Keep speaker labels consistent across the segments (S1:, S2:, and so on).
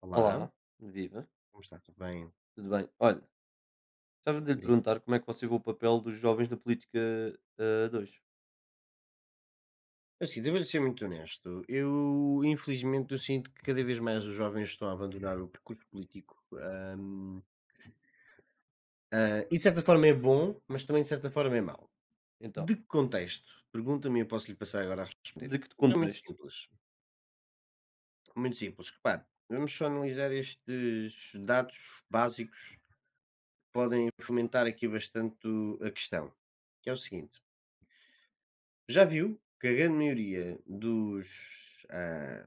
S1: Olá,
S2: Olá, viva,
S1: como está? Tudo bem?
S2: tudo bem? Olha, estava de lhe
S1: Diga.
S2: perguntar como é que você vê o papel dos jovens na política de hoje.
S1: Assim, devo-lhe ser muito honesto. Eu, infelizmente, eu sinto que cada vez mais os jovens estão a abandonar o percurso político. E, de certa forma, é bom, mas também, de certa forma, é mau.
S2: Então,
S1: De que contexto? Pergunta-me e eu posso lhe passar agora a responder.
S2: de que
S1: Então, é muito
S2: contexto?
S1: simples. Muito simples. Repare, vamos só analisar estes dados básicos que podem fomentar aqui bastante a questão, que é o seguinte. Já viu que a grande maioria dos... ah,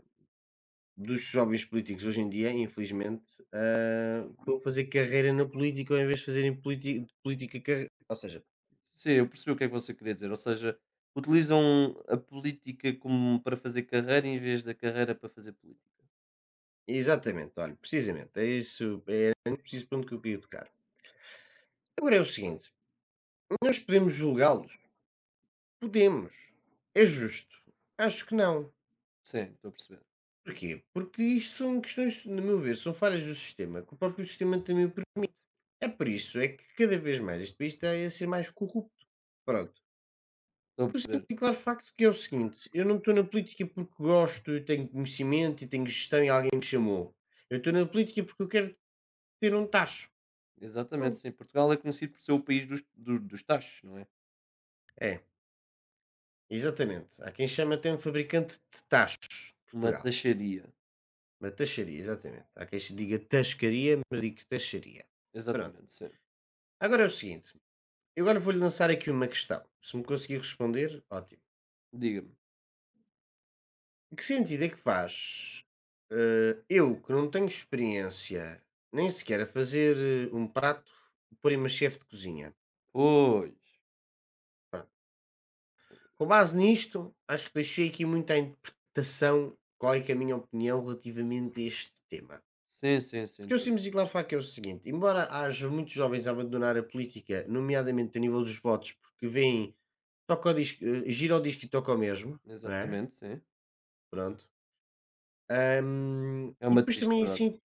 S1: Dos jovens políticos hoje em dia, infelizmente, vão fazer carreira na política ou em vez de fazerem politi de política carre, ou seja,
S2: Sim, eu percebi o que é que você queria dizer, ou seja, utilizam a política como para fazer carreira em vez da carreira para fazer política.
S1: exatamente, olha, precisamente, é isso, é preciso ponto que eu queria tocar. Agora é o seguinte, nós podemos julgá-los? Podemos. É justo? Acho que não.
S2: Sim, estou a perceber.
S1: Porquê? Porque isto são questões, no meu ver, são falhas do sistema, que o próprio sistema também permite. É por isso é que cada vez mais este país está a ser mais corrupto. Pronto.
S2: Estou a
S1: Eu
S2: perceber.
S1: sinto claro facto que é o seguinte, eu não estou na política porque gosto, eu tenho conhecimento e tenho gestão e alguém me chamou. Eu estou na política porque eu quero ter um tacho.
S2: Exatamente,
S1: Pronto.
S2: sim. Portugal é conhecido por ser o país dos, dos taxos, não é?
S1: É, exatamente. Há quem chama até um fabricante de tachos,
S2: Uma
S1: Portugal.
S2: taxaria.
S1: Uma taxaria, exatamente. Há quem se diga tascaria, mas digo taxaria. Pronto.
S2: Exatamente, sim.
S1: Agora é o seguinte, eu agora vou-lhe lançar aqui uma questão. Se me conseguir responder, ótimo.
S2: Diga-me.
S1: Que sentido é que faz, eu que não tenho experiência nem sequer a fazer, um prato, porem uma chefe de cozinha?
S2: Pois.
S1: Pronto. Com base nisto, acho que deixei aqui muita à interpretação qual é que é a minha opinião relativamente a este tema.
S2: Sim, sim, sim.
S1: Porque eu simples e claro falo que é o seguinte, embora haja muitos jovens a abandonar a política, nomeadamente a nível dos votos, porque vêm toca o disco, gira o disco e toca o mesmo, não é?
S2: Exatamente, sim.
S1: Pronto.
S2: É
S1: E
S2: uma
S1: depois
S2: triste
S1: também
S2: verdade.
S1: sinto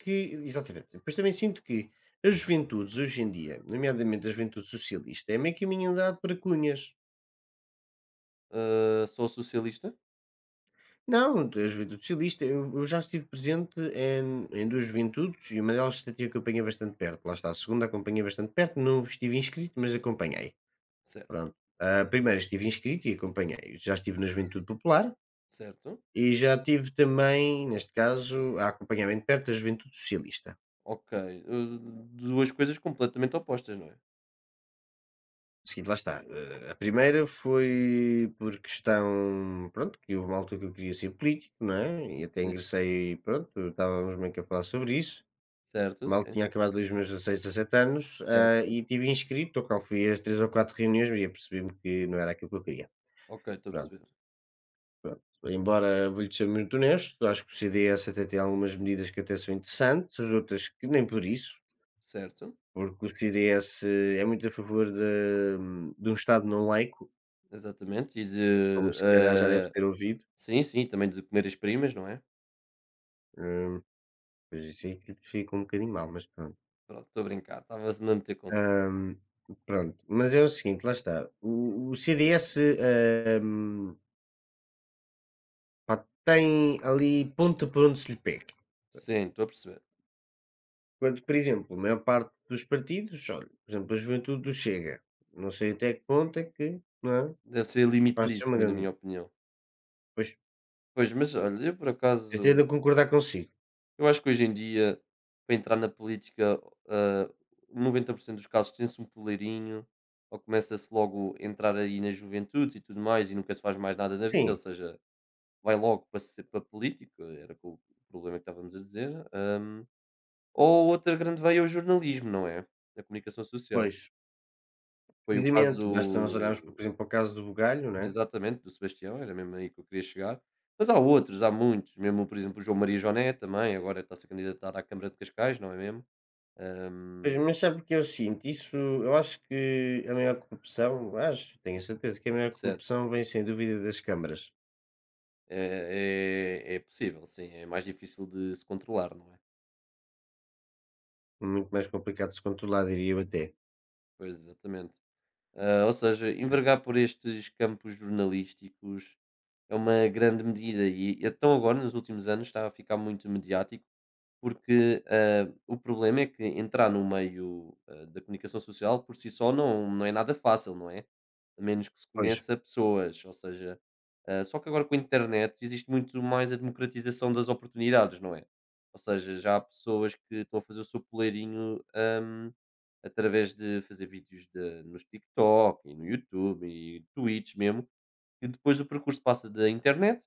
S1: que exatamente, depois também sinto que as juventudes hoje em dia, nomeadamente a juventude socialista, é meio caminho andado para cunhas.
S2: Ah, sou socialista?
S1: Não, a juventude socialista, eu já estive presente em duas juventudes e uma delas até tive que acompanhei bastante perto. Lá está, a segunda acompanhei bastante perto, não estive inscrito, mas acompanhei.
S2: Certo,
S1: Pronto. A primeira estive inscrito e acompanhei. Já estive na Juventude Popular
S2: certo.
S1: e já tive também, neste caso, a acompanhamento perto da Juventude Socialista.
S2: Ok. Uh, Duas coisas completamente opostas, não é?
S1: Seguinte, lá está. A primeira foi por questão, pronto, que houve uma altura que eu queria ser político, não é? E até
S2: Sim.
S1: ingressei, pronto, estávamos meio que a falar sobre isso.
S2: Certo,
S1: Mal
S2: sim.
S1: tinha acabado os meus 16, 17 anos,
S2: Certo.
S1: e tive inscrito, ao qual fui às 3 ou 4 reuniões e apercebi-me que não era aquilo que eu queria.
S2: Ok, estou a
S1: Pronto.
S2: perceber.
S1: Embora vou-lhe ser muito honesto, acho que o CDS até tem algumas medidas que até são interessantes, as outras que nem por isso,
S2: Certo,
S1: porque o CDS é muito a favor de um Estado não laico,
S2: exatamente. E
S1: como
S2: de.
S1: se calhar já deve
S2: eh,
S1: ter ouvido.
S2: sim, sim, também de comer as primas, não é?
S1: Hum, Pois isso aí que fica um bocadinho mal, mas pronto.
S2: Pronto, estou a brincar. Estava-me a meter consigo.
S1: Hum, Pronto, mas é o seguinte, lá está. O CDS, hum, pá, tem ali ponto por onde se lhe pega.
S2: Sim, estou a perceber.
S1: Quando, por exemplo, a maior parte dos partidos, olha, por exemplo, a juventude do Chega. Não sei até que ponto é que, não é? É
S2: Deve ser
S1: capaz de ser uma
S2: limitadíssima, na
S1: grande.
S2: minha opinião.
S1: Pois,
S2: Pois, mas olha, eu por
S1: eu
S2: acaso.
S1: tendo a concordar consigo.
S2: Eu acho que hoje em dia, para entrar na política, ah, 90% dos casos tem-se um poleirinho, ou começa-se logo a entrar aí na juventude e tudo mais, e nunca se faz mais nada da vida, ou
S1: Sim,
S2: seja, vai logo para, ser, para político, era o problema que estávamos a dizer. Ou outra grande veia é o jornalismo, não é? A comunicação social.
S1: pois.
S2: Foi o caso
S1: Precisamente, basta nós olharmos, por
S2: do-
S1: exemplo, para o caso do Bugalho, né?
S2: exatamente do Sebastião, era mesmo aí que eu queria chegar. Mas há outros, há muitos, mesmo, por exemplo, o João Maria Joné também, agora está-se a candidatar à Câmara de Cascais, não é mesmo?
S1: Pois,
S2: Hum,
S1: mas sabe o que eu sinto? Isso, eu acho que a maior corrupção, acho, tenho a certeza que a maior
S2: certo.
S1: corrupção vem sem dúvida das câmaras.
S2: É, é possível, sim. É mais difícil de se controlar, não é?
S1: Muito mais complicado de se controlar, diria eu até.
S2: Pois, exatamente. Ou seja, envergar por estes campos jornalísticos é uma grande medida e então agora, nos últimos anos, está a ficar muito mediático porque o problema é que entrar no meio da comunicação social por si só não, não é nada fácil, não é? A menos que se
S1: Pois.
S2: conheça pessoas, ou seja, só que agora com a internet existe muito mais a democratização das oportunidades, não é? Ou seja, já há pessoas que estão a fazer o seu poleirinho através de fazer vídeos nos TikTok e no YouTube e tweets mesmo, e depois o percurso passa da internet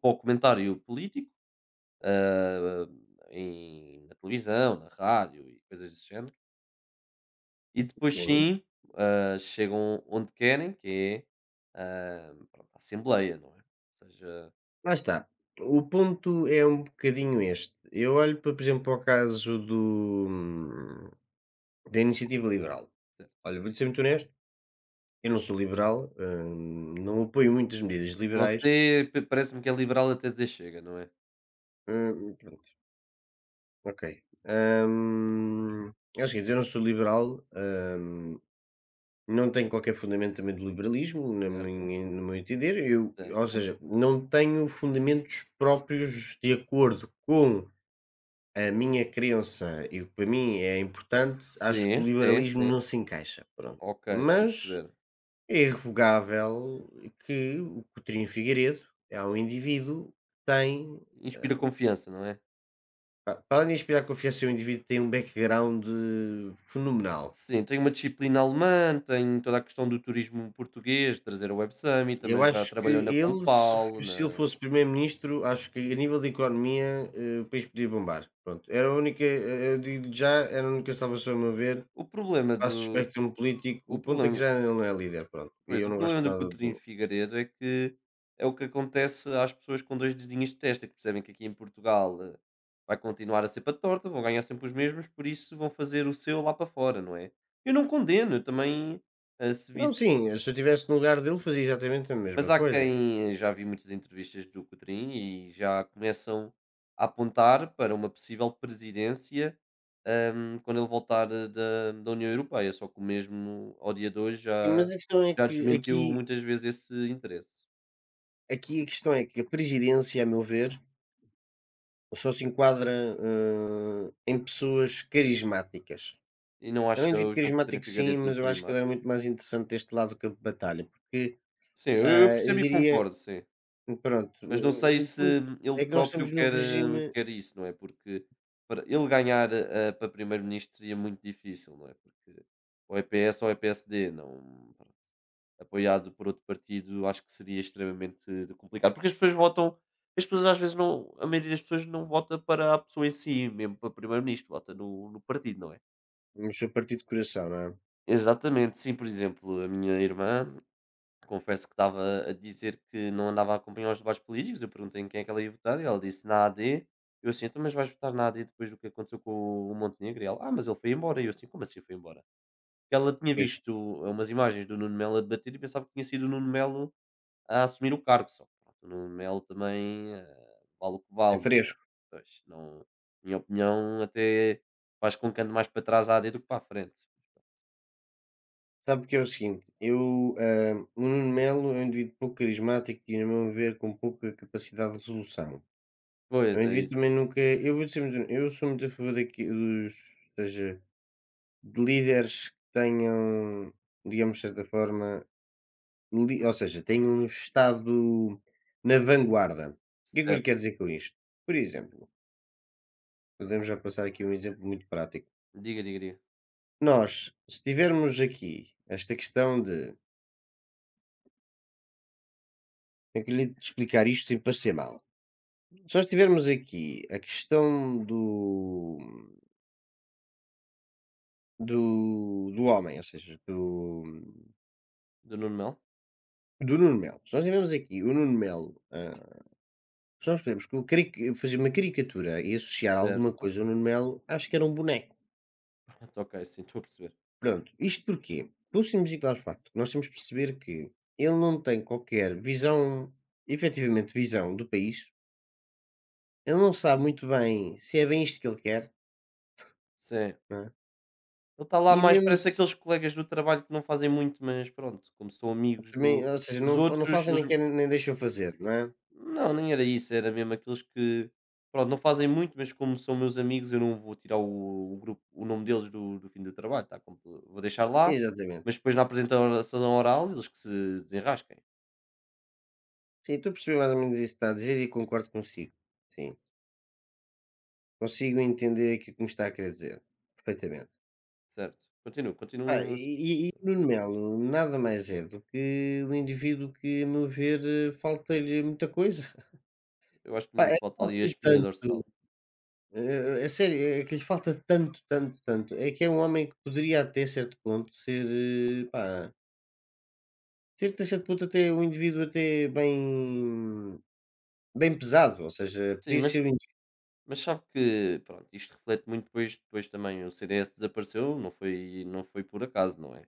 S2: para o comentário político, eh, na televisão, na rádio e coisas desse género. E depois
S1: Sim.
S2: sim, chegam onde querem, que é, pronto, a Assembleia, não é? Ou seja,
S1: Lá está. O ponto é um bocadinho este. Eu olho, para, por exemplo, para o caso do, da iniciativa liberal.
S2: certo.
S1: Olha, vou-lhe ser muito honesto, eu não sou liberal, não apoio muitas medidas liberais.
S2: Você parece-me que é liberal até dizer chega, não é?
S1: hum, pronto, ok. É o seguinte, eu não sou liberal, hum, não tenho qualquer fundamento também do liberalismo, na
S2: Certo,
S1: minha no meu entender, eu ou
S2: certo.
S1: seja, não tenho fundamentos próprios de acordo com a minha crença e o que para mim é importante, acho que
S2: Sim,
S1: o
S2: sim,
S1: liberalismo
S2: sim.
S1: não se encaixa, pronto.
S2: Ok, estou a
S1: Mas
S2: perceber.
S1: é irrevogável que o Coutinho Figueiredo é um indivíduo que tem,
S2: Inspira confiança, não é?
S1: pa para além de inspirar confiança, é um indivíduo que tem um background fenomenal.
S2: Sim, tem uma disciplina alemã, tem toda a questão do turismo português, trazer a Web Summit,
S1: Eu
S2: também já
S1: acho que
S2: trabalhou na
S1: ele, se
S2: Compal,
S1: se ele
S2: na...
S1: fosse primeiro-ministro, acho que a nível de economia, o país podia bombar. Pronto, era a única, eu digo já, era a única salvação a meu ver,
S2: O problema do...
S1: passo o
S2: O
S1: espectro político.
S2: o
S1: O ponto é que
S2: problema
S1: já ele não é líder, pronto, e
S2: Pois,
S1: eu
S2: o
S1: não gosto
S2: problema do
S1: nada
S2: Coutinho
S1: do
S2: Figueiredo é que é o que acontece às pessoas com 2 dedinhos de testa, que percebem que aqui em Portugal, vai continuar a ser para torta, vão ganhar sempre os mesmos, por isso vão fazer o seu lá para fora, não é? Eu não condeno, eu também, se
S1: não,
S2: visse,
S1: sim, eu se eu estivesse no lugar dele, fazia exatamente a
S2: mas
S1: mesma
S2: há
S1: coisa.
S2: quem, já vi muitas entrevistas do Coutinho e já começam a apontar para uma possível presidência, quando ele voltar da União Europeia, só que o mesmo ao dia de hoje
S1: Sim,
S2: já
S1: mas a questão é
S2: já
S1: que
S2: desmentiu
S1: aqui
S2: muitas vezes esse interesse.
S1: aqui a questão é que a presidência, a meu ver, só se enquadra, em pessoas carismáticas.
S2: E não
S1: Ele
S2: acha
S1: é um indivíduo
S2: o João Coutinho
S1: carismático sim,
S2: Figueiredo
S1: mas eu acho que ele
S2: criminoso?
S1: era muito mais interessante deste lado do campo de batalha, porque,
S2: Sim, eu
S1: eu
S2: percebo e
S1: diria
S2: concordo, sim.
S1: pronto,
S2: Mas não sei
S1: o
S2: se
S1: ponto
S2: ele
S1: é que nós
S2: próprio
S1: estamos no
S2: quer, hum,
S1: regime,
S2: quer isso, não é? Porque para ele ganhar, para primeiro-ministro seria muito difícil, não é? Porque ou é PS ou é PSD, não, pronto, apoiado por outro partido, acho que seria extremamente complicado. Porque as pessoas votam, as pessoas às vezes não, a maioria das pessoas não vota para a pessoa em si, mesmo para primeiro-ministro, vota no partido, não é?
S1: mas sou partido de coração, não é?
S2: Exatamente, sim, por exemplo, a minha irmã. Confesso que estava a dizer que não andava a acompanhar os debates políticos. Eu perguntei em quem é que ela ia votar e ela disse na AD. Eu assim, então, mas vais votar na AD depois do que aconteceu com o Montenegro? E ela, ah, mas ele foi embora. E eu assim, como assim foi embora? Ela tinha
S1: Pois,
S2: visto, umas imagens do Nuno Melo a debater e pensava que tinha sido o Nuno Melo a assumir o cargo. Só que pronto, o Nuno Melo também, vale o que
S1: é
S2: vale. Não, é?
S1: fresco.
S2: Pois, minha opinião, até faz com que ande mais para trás a AD do que para a frente.
S1: Sabe porque é o seguinte, eu, o Nuno Melo é um indivíduo pouco carismático e, no meu ver, com pouca capacidade de resolução. É um
S2: Pois é
S1: indivíduo
S2: isso.
S1: também nunca eu vou dizer muito eu sou muito a favor daqui dos, ou seja, de líderes que tenham, digamos, de certa forma Li, ou seja, tenho estado na vanguarda. O que é que eu lhe
S2: Certo.
S1: quero dizer com isto? Por exemplo, podemos já passar aqui um exemplo muito prático.
S2: Diga, diga, diga.
S1: Nós, se tivermos aqui esta questão de como é que eu lhe hei de explicar isto sem parecer mal? Se nós tivermos aqui a questão do do homem, ou seja, do
S2: Do Nuno Melo.
S1: do Nuno Melo. Se nós tivermos aqui o Nuno Melo, se nós podemos fazer uma caricatura e associar alguma
S2: Certo.
S1: coisa ao Nuno Melo, acho que era um boneco.
S2: Então, ok, sim, estou a perceber.
S1: Pronto, isto porquê? Pelo simples e claro facto, que nós temos de perceber que ele não tem qualquer visão, efetivamente visão do país, ele não sabe muito bem se é bem isto que ele quer,
S2: Sim.
S1: não é?
S2: Ele está lá
S1: E
S2: mais,
S1: mesmo
S2: parece
S1: se
S2: aqueles colegas do trabalho que não fazem muito, mas pronto, como são amigos do,
S1: também, ou seja,
S2: dos
S1: não, não
S2: outros,
S1: fazem nem querem nem deixam fazer, não é?
S2: não, nem era isso, era mesmo aqueles que, pronto, não fazem muito, mas como são meus amigos, eu não vou tirar o grupo, o nome deles do fim do trabalho, tá? Vou deixar lá,
S1: Exatamente.
S2: mas depois na apresentação oral eles que se desenrasquem,
S1: Sim, estou a perceber mais ou menos isso que está a dizer e concordo consigo. Sim, consigo entender aquilo que me está a querer dizer, perfeitamente.
S2: certo? Continuo, continuo.
S1: Nuno Melo nada mais é do que um indivíduo que, a meu ver, falta-lhe muita coisa.
S2: Eu acho que
S1: Pá,
S2: lhe
S1: é que
S2: falta ali a
S1: falta-lhe
S2: espinha
S1: tanto,
S2: dorsal.
S1: a sério, é que lhe falta tanto, tanto, tanto. É que é um homem que poderia até certo ponto ser, eh, pá, ser até certo ponto até um indivíduo até bem pesado, ou seja,
S2: Sim,
S1: podia ser
S2: mas
S1: um indivíduo.
S2: Mas sabe que, pronto, isto reflete muito depois também o CDS desapareceu, não foi, não foi por acaso, não é?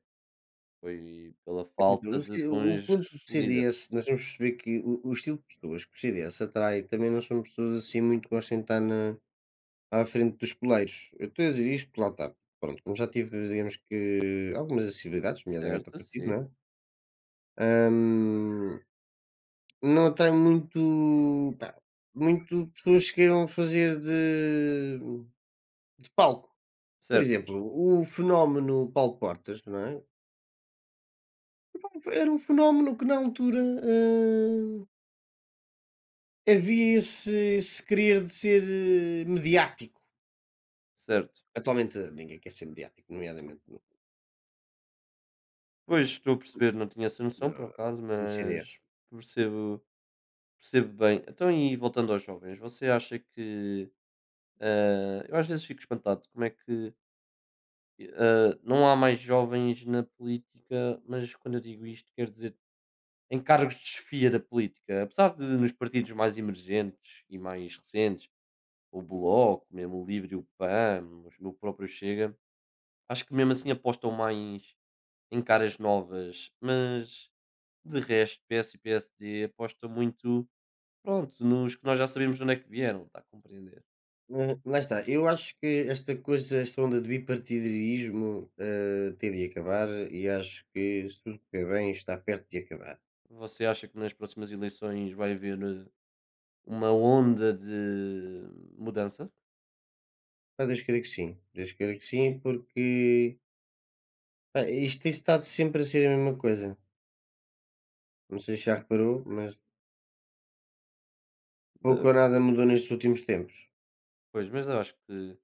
S2: Foi pela
S1: Quer dizer,
S2: falta de
S1: o
S2: bons
S1: ponto do
S2: líderes.
S1: CDS, nós vamos perceber que o estilo de pessoas que o CDS atrai também não são pessoas assim muito que gostem de estar na à frente dos poleiros. Eu estou a dizer isto porque lá está, pronto, como já tive digamos que algumas acessibilidades, nomeadamente ao
S2: Certo,
S1: partido,
S2: sim.
S1: não é? Hã Não tem muito pá, muito pessoas que queiram fazer de palco. Por
S2: Certo,
S1: exemplo, o fenómeno Paulo Portas, não é? Era um fenómeno que na altura, havia esse esse querer de ser, mediático.
S2: certo.
S1: Atualmente ninguém quer ser mediático, nomeadamente
S2: Pois estou a perceber, não tinha essa noção
S1: na
S2: por acaso,
S1: no CDS.
S2: mas percebo, percebo bem. Então, e voltando aos jovens, você acha que, eu às vezes fico espantado como é que, não há mais jovens na política, mas quando eu digo isto, quer dizer em cargos de chefia da política, apesar de nos partidos mais emergentes e mais recentes, o Bloco, mesmo o Livre e o PAN, o próprio Chega, acho que mesmo assim apostam mais em caras novas, mas de resto, PS e PSD apostam muito, pronto, nos que nós já sabemos de onde é que vieram, está a compreender?
S1: Lá está, eu acho que esta coisa, esta onda de bipartidarismo, tem de acabar e acho que se tudo correr bem está perto de acabar.
S2: Você acha que nas próximas eleições vai haver, uma onda de mudança?
S1: Ah, Deus queira que sim, Deus queira que sim, porque pá, isto tem estado sempre a ser a mesma coisa. Não sei se já reparou, mas pouco
S2: De-
S1: ou nada mudou nestes últimos tempos.
S2: Pois, mas eu acho que,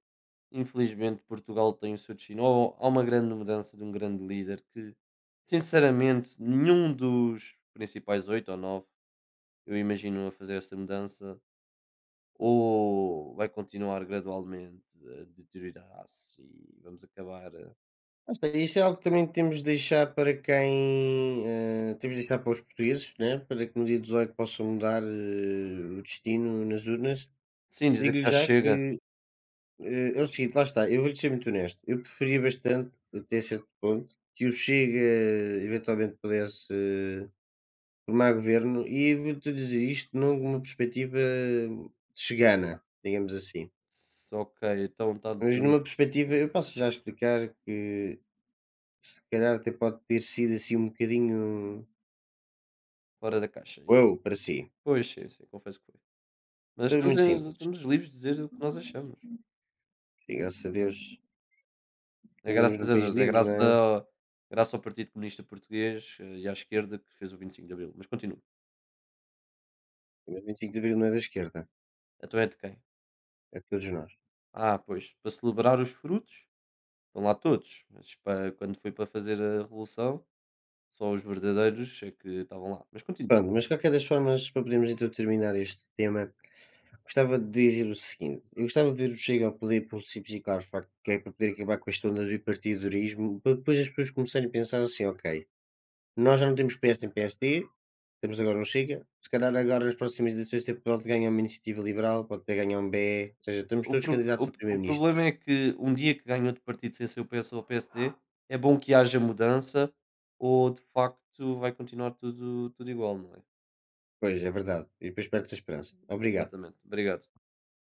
S2: infelizmente, Portugal tem o seu destino. Ou há uma grande mudança de um grande líder que, sinceramente, nenhum dos principais oito ou nove eu imagino a fazer essa mudança, ou vai continuar gradualmente a deteriorar-se e vamos acabar.
S1: Lá está, isso é algo que também temos de deixar para quem. Temos de deixar para os portugueses, né? Para que no dia 18 possam mudar o destino nas urnas.
S2: Sim, dizer
S1: Digo-lhe
S2: que já
S1: já
S2: chega.
S1: que é o seguinte, lá está, eu vou-lhe ser muito honesto. Eu preferia bastante, até certo ponto, que o Chega eventualmente pudesse tomar governo e vou-te dizer isto numa perspectiva chegana, digamos assim.
S2: Ok, então está
S1: Mas
S2: dizendo uma
S1: numa
S2: coisa
S1: perspectiva eu posso já explicar que se calhar até pode ter sido assim um bocadinho
S2: fora da caixa.
S1: "uou" para si.
S2: Pois, sim, sim, confesso que foi. Mas
S1: Tudo
S2: estamos,
S1: muito
S2: eh,
S1: simples,
S2: estamos livres de dizer o que nós achamos.
S1: e graças a Deus
S2: É
S1: vivemos
S2: graças
S1: num
S2: a
S1: país
S2: Deus, é
S1: livre, não
S2: graças
S1: é?
S2: ao graças ao Partido Comunista Português, e à esquerda que fez o 25 de Abril, mas continua.
S1: Mas 25 de Abril não é da esquerda,
S2: Então é de quem?
S1: é de todos nós.
S2: Ah, pois, para celebrar os frutos, estão lá todos, mas para quando foi para fazer a revolução, só os verdadeiros é que estavam lá, mas continua.
S1: Pronto, mas de qualquer das formas, para podermos então terminar este tema, gostava de dizer o seguinte: eu gostava de ver o Chega ao poder pelo simples e claro facto que é para poder acabar com a questão do bipartidorismo, para depois as pessoas começarem a pensar assim: ok, nós já não temos PS nem PSD, temos agora um Chega, se calhar agora nas próximas eleições até pode ganhar uma iniciativa liberal, pode até ganhar um BE, ou seja, estamos
S2: O
S1: todos
S2: pro o
S1: candidatos a
S2: o problema
S1: primeiro-ministros.
S2: é que um dia que ganhe outro partido sem ser o PS ou o PSD, é bom que haja mudança ou de facto vai continuar tudo tudo igual, não é?
S1: Pois, é verdade. E depois perde-se a esperança. Obrigado.
S2: Exatamente. Obrigado.